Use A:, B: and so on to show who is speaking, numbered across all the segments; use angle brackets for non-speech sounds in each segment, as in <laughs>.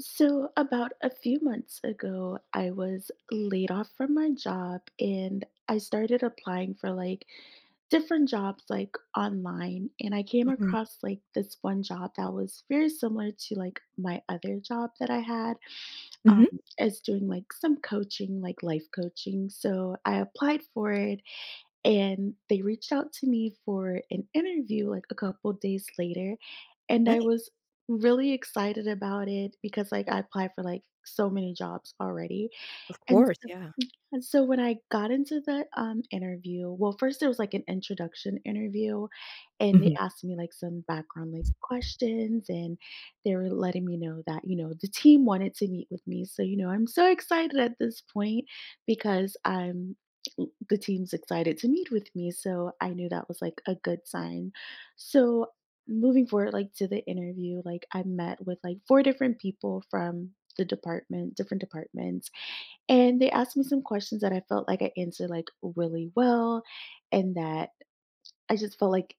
A: So, about a few months ago, I was laid off from my job and I started applying for like different jobs like online. And I came
B: Mhm.
A: across like this one job that was very similar to like my other job that I had um,
B: Mhm.
A: as doing like some coaching, like life coaching. So, I applied for it and they reached out to me for an interview like a couple days later. And I
B: Nice.
A: was really excited about it because like I applied for like so many jobs already.
B: Of
A: And
B: course,
A: so
B: yeah.
A: and so when I got into the interview well, first there was, like, an introduction interview, and they
B: Mhm.
A: asked me, like, some background, like, questions, and they were letting me know that, you know, the team wanted to meet with me. So, you know, I'm so excited at this point because I'm the team's excited to meet with me, so I knew that was, like, a good sign. So, moving forward, like, to the interview, like, I met with, like, 4 different people from the department different departments. And they asked me some questions that I felt like I answered like really well and that I just felt like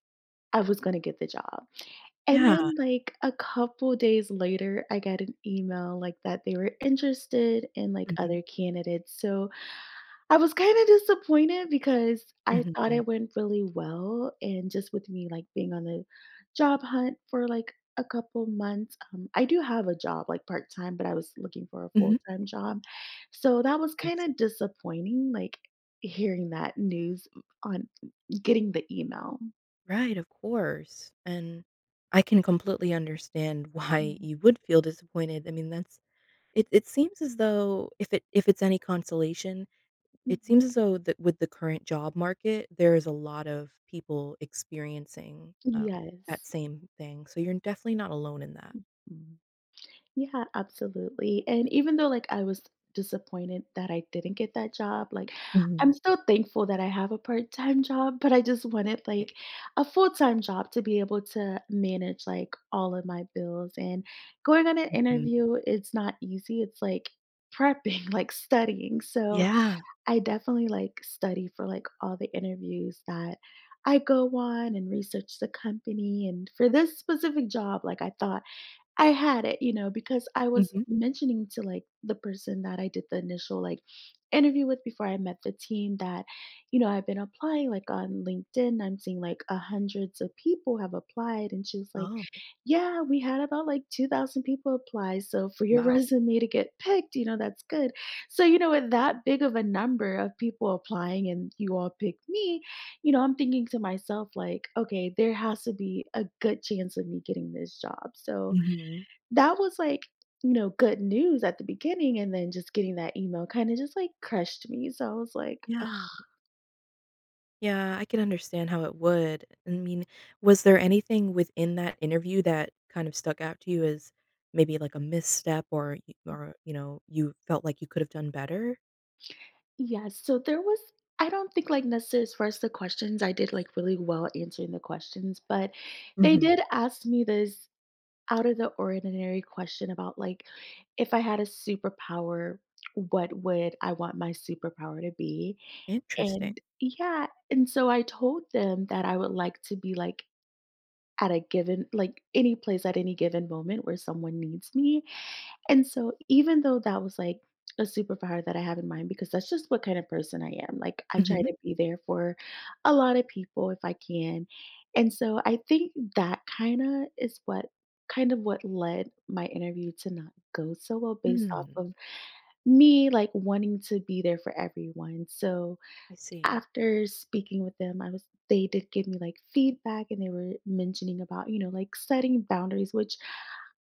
A: I was going to get the job. And
B: Yeah.
A: then like a couple days later, I got an email like that they were interested in like
B: Mhm.
A: other candidates. So I was kinda disappointed because I thought
B: Mhm.
A: it went really well, and just with me, like, being on the job hunt for, like, a couple months, I do have a job, like, part-time, but I was looking for a
B: Mhm.
A: full-time job, so that was
B: I
A: kinda
B: see.
A: disappointing, like, hearing that news on getting the email.
B: Right, of course, and I can completely understand <laughs> why
A: Mhm.
B: you would feel disappointed. I mean, that's it seems as though if it's any consolation, it
A: Mhm.
B: seems as though that with the current job market, there is a lot of people experiencing, that
A: Yes.
B: same thing, so you're definitely not alone in that.
A: Yeah, absolutely, and even though, like, I was disappointed that I didn't get that job, like, I'm
B: Mhm.
A: still thankful that I have a part-time job, but I just wanted,
B: Right.
A: like, a full-time job to be able to manage, like, all of my bills, and going on an
B: Mhm.
A: interview, it's not easy, it's like prepping, <laughs> like studying, so
B: Yeah.
A: I definitely, like, study for, like, all the interviews that I go on and research the company, and for this specific job, like, I thought I had it, you know, because I was
B: Mhm.
A: mentioning to like the person that I did the initial like interview with before I met the team that, you know, I've been applying like on LinkedIn. I'm seeing like a hundreds of people have applied. And she was like,
B: Oh,
A: yeah, we had about like 2,000 people apply. So for your <laughs>
B: wow.
A: resume to get picked, you know, that's good. So, you know, with that big of a number of people applying and you all picked me, you know, I'm thinking to myself, like, okay, there has to be a good chance of me getting this job. So,
B: Mhm.
A: that was, like, you know, good news at the beginning, and then just getting that email kinda just, like, crushed me, so I was like,
B: Yeah. Yeah, I can understand how it would. I mean, was there anything within that interview that kind of stuck out to you as maybe like a misstep or or you know, you felt like you could have done better?
A: yes, so there was I don't think, like, necessarily as far as the questions, I did, like, really well answering the questions, but they
B: Hmm.
A: did ask me this out of the ordinary question about, like, if I had a superpower, what would I want my superpower to be?
B: Interesting.
A: And yeah, and so I told them that I would like to be, like, at a given like, any place at any given moment where someone needs me, and so even though that was, like, a superpower that I have in mind because that's just what kind of person I am, like, I try
B: Mhm.
A: to be there for a lot of people if I can, and so I think that kind of what led my interview to not go so well based off
B: Mm,
A: of me, like, wanting to be there for everyone, so
B: I see.
A: after speaking with them, I was they did give me like feedback and they were mentioning about, you know, like setting boundaries, which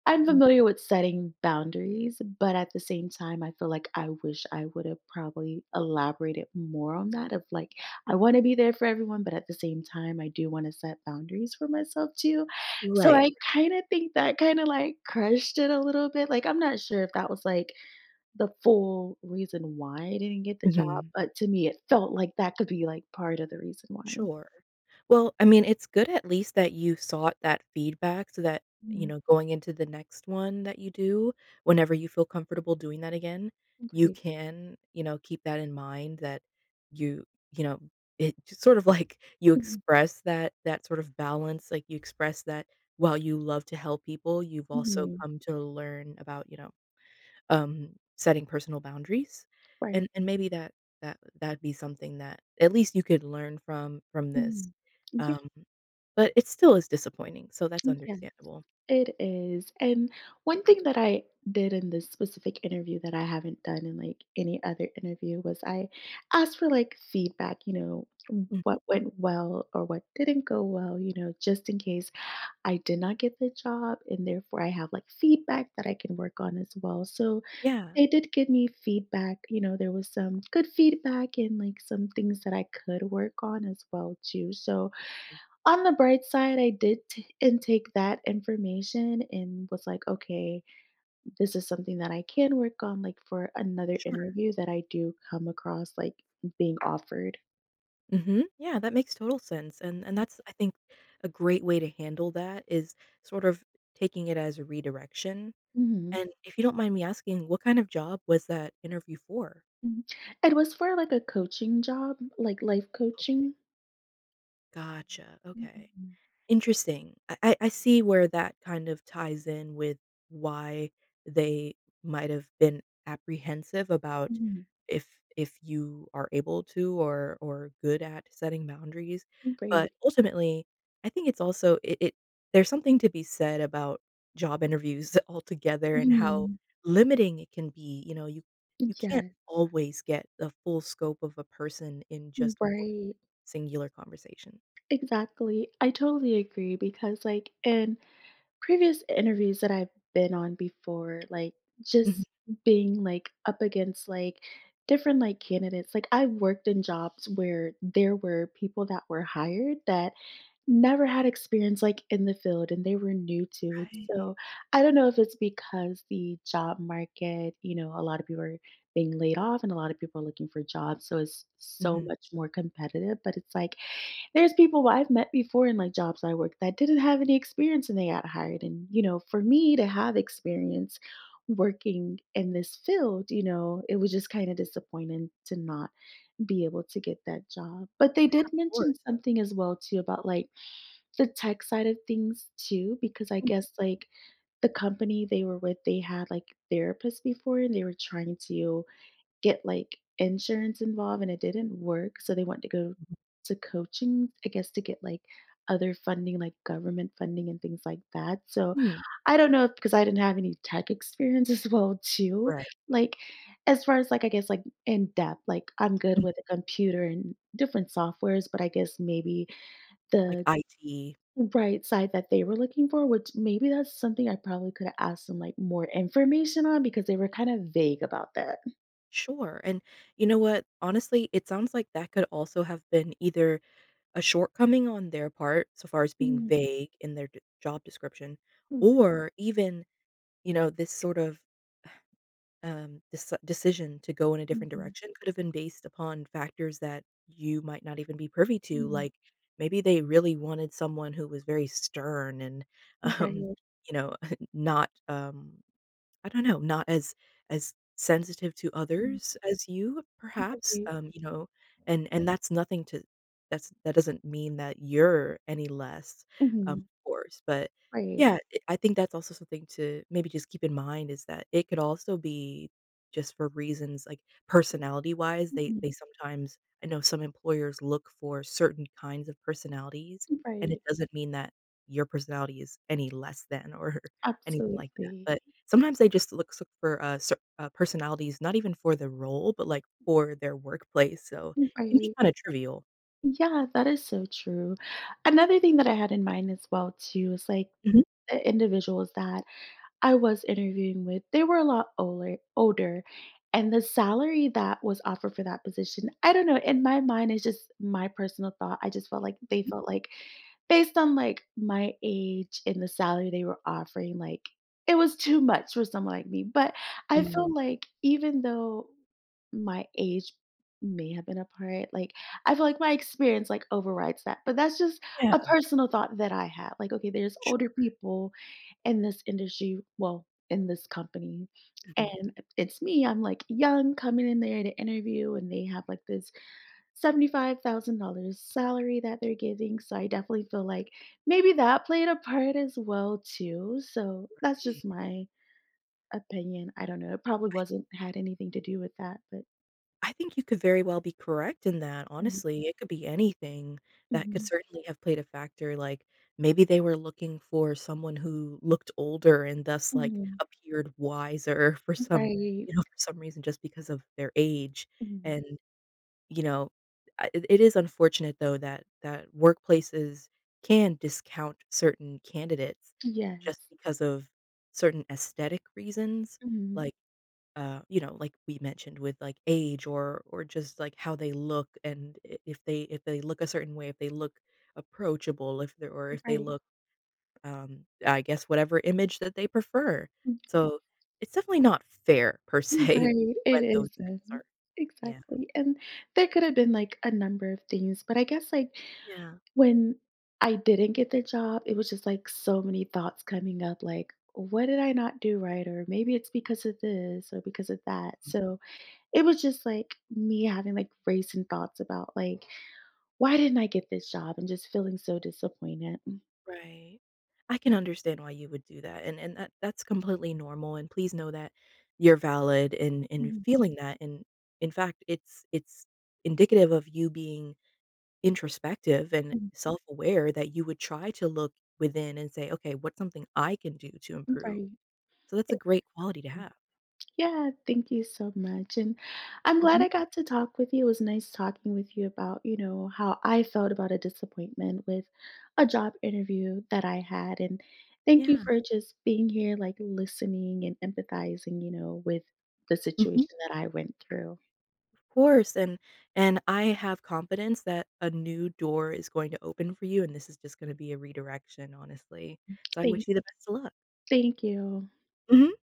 A: I'm
B: Mm,
A: familiar with setting boundaries, but at the same time, I feel like I wish I would have probably elaborated more on that of like I want to be there for everyone, but at the same time, I do want to set boundaries for myself too. So I
B: right.
A: kind of think that kind of like crushed it a little bit. Like I'm not sure if that was like the full reason why I didn't get the job,
B: Mm-hmm.
A: but to me, it felt like that could be, like, part of the reason why.
B: Sure. Well, I mean, it's good at least that you sought that feedback so that, you
A: Mhm.
B: know, going into the next one that you do, whenever you feel comfortable doing that again, you
A: Right.
B: can, you know, keep that in mind that you, you know, it just sort of like <laughs> you
A: Mhm.
B: express that sort of balance, like you express that while you love to help people, you've also
A: Mhm.
B: come to learn about, you know, setting personal boundaries,
A: Right.
B: and maybe that that'd be something that at least you could learn from this,
A: Mhm. Yeah,
B: um, but it still is disappointing, so that's
A: yeah,
B: understandable.
A: it is, and one thing that I did in this specific interview that I haven't done in, like, any other interview was I asked for, like, feedback, you know,
B: Mhm.
A: what went well or what didn't go well, you know, just in case I did not get the job, and therefore I have like feedback that I can work on as well. So
B: Yeah,
A: they did give me feedback. You know, there was some good feedback and like some things that I could work on as well too. So on the bright side, I did intake that information and was like, okay, this is something that I can work on like for another
B: sure.
A: interview that I do come across like being offered.
B: Mhm. Yeah, that makes total sense, and that's I think a great way to handle that is sort of taking it as a redirection,
A: Mhm.
B: and if you don't mind me asking, what kind of job was that interview for?
A: Mhm. It was for like a coaching job, like life
B: Okay.
A: coaching.
B: Gotcha, okay. Interesting. I see where that kind of ties in with why they might have been apprehensive about
A: Mhm.
B: if if you are able to or good at setting boundaries,
A: Right.
B: but ultimately, I think it's also it there's something to be said about job interviews <laughs> altogether and how
A: Mhm.
B: limiting it can be, you know, you can't
A: Yes.
B: always get the full scope of a person in just one
A: Right.
B: singular conversation.
A: Exactly. I totally agree because, like, in previous interviews that I've been on before, like,
B: Mhm.
A: just being like up against like different like candidates, like, I worked in jobs where there were people that were hired that never had experience, like, in the field, and they were new to it,
B: Right.
A: so I don't know if it's because the job market, you know, a lot of people are being laid off and a lot of people are looking for jobs, so it's so
B: Mhm.
A: much more competitive, but it's like, there's people who I've met before in, like, jobs I worked that didn't have any experience and they got hired, and, you know, for me to have experience working in this field, you know, it was just kinda disappointing to not be able to get that job, but they did mention something as well too about, like, the tech side of things too, because I guess, like, the company they were with, they had, like, therapists before, and they were trying to get, like, insurance involved, and it didn't work, so they wanted to go to coaching, I guess, to get, like, other funding, like government funding and things like that, so
B: Mhm.
A: I don't know if, because I didn't have any tech experience <laughs> as well too,
B: Right.
A: like, as far as, like, I guess, like, in depth, like, I'm good
B: Mm.
A: with a computer and different softwares, but I guess maybe
B: Like
A: the
B: IT.
A: right side that they were looking for, which maybe that's something I probably could have asked them like more information on because they were kind of vague about that.
B: Sure, and you know what? Honestly, it sounds like that could also have been either a shortcoming on their part, so far as being
A: Mm,
B: vague in their d job description,
A: right.
B: or even, you know, this sort of, decision to go in a different
A: Mhm,
B: direction could have been based upon factors that you might not even be privy to,
A: mm,
B: like, maybe they really wanted someone who was very stern and, <laughs> um,
A: right.
B: you know, <laughs> not, I don't know, not as sensitive to
A: Mm,
B: others as you perhaps,
A: right.
B: you know, and that's nothing to that doesn't mean that you're any less,
A: Hmm,
B: of course, but
A: right.
B: yeah, it I think that's also something to maybe just keep in mind is that it could also be just for reasons like personality-wise, they
A: Mhm,
B: they sometimes I know some employers look for certain kinds of personalities, and
A: right.
B: it doesn't mean that your personality is any less than or <laughs> anything like that,
A: Absolutely.
B: but sometimes they just look so for, cer personalities, not even for the role, but, like, for their workplace, so it can be
A: Right.
B: kinda trivial.
A: Yeah, that is so true. Another thing that I had in mind as well too is like
B: Mhm,
A: the individuals that I was interviewing with, they were a lot older, and the salary that was offered for that position, I don't know, in my mind, it's just my personal thought. I just felt like they
B: mhm.
A: felt like based on like my age and the salary they were offering, like it was too much for someone like me. But I
B: Mm.
A: feel like even though my age may have been a part, like I feel like my experience like overrides that. But that's just
B: Yeah,
A: a personal thought that I had. Like, okay, there's older
B: sure.
A: people in this industry well, in this company,
B: Mhm.
A: and it's me, I'm, like, young coming in there to interview, and they have, like, this $75,000 salary that they're giving, so I definitely feel like maybe that played a part as well too, so that's just
B: Hey,
A: my opinion, I don't know, it probably wasn't had anything to do with that, but
B: I think you could very well be correct in that,
A: mhm,
B: honestly, it could be anything that could
A: mhm,
B: certainly have played a factor, like, maybe they were looking for someone who looked older and thus, like,
A: mhm,
B: appeared wiser <laughs> for some
A: right,
B: you know, for some reason just because of their age,
A: mhm,
B: and you know, I it is unfortunate though that workplaces can discount certain candidates just
A: yes,
B: because of certain aesthetic reasons,
A: mhm,
B: like, you know, like we mentioned with, like, age or just, like, how they look and I if they look a certain way, if they look approachable, if they or if they
A: right,
B: look, I guess whatever image that they prefer.
A: mm.
B: So, it's definitely not fair per se
A: Right,
B: <laughs>
A: it
B: when those things are
A: isn't.
B: yeah.
A: Exactly, and there could have been, like, a number of things, but I guess, like,
B: Yeah.
A: when I didn't get the job, it was just, like, so many thoughts coming up, like, "What did I not do right?" Or, "Maybe it's because of this or because of that." So, it was just, like, me having, like, racing thoughts about, like, "Why didn't I get this job?" And just feeling so disappointed.
B: Right. I can understand why you would do that, and that that's completely normal, and please know that you're valid in
A: Mhm,
B: feeling that, and in fact, it's indicative of you being introspective and
A: mhm.
B: self-aware that you would try to look within and say, "Okay, what's something I can do to improve?"
A: Right.
B: So that's a great quality to have.
A: Yeah, thank you so much. And I'm glad
B: Mhm.
A: I got to talk with you. It was nice talking with you about, you know, how I felt about a disappointment with a job interview that I had. And thank you
B: Yeah.
A: for just being here, like listening and empathizing, you know, with the
B: Mhm.
A: situation that I went through.
B: Of course, and I have confidence that a new door is going to open for you, and this is just gonna be a redirection, honestly. So I
A: Thank,
B: wish you the best of luck.
A: thank you.
B: Mhm.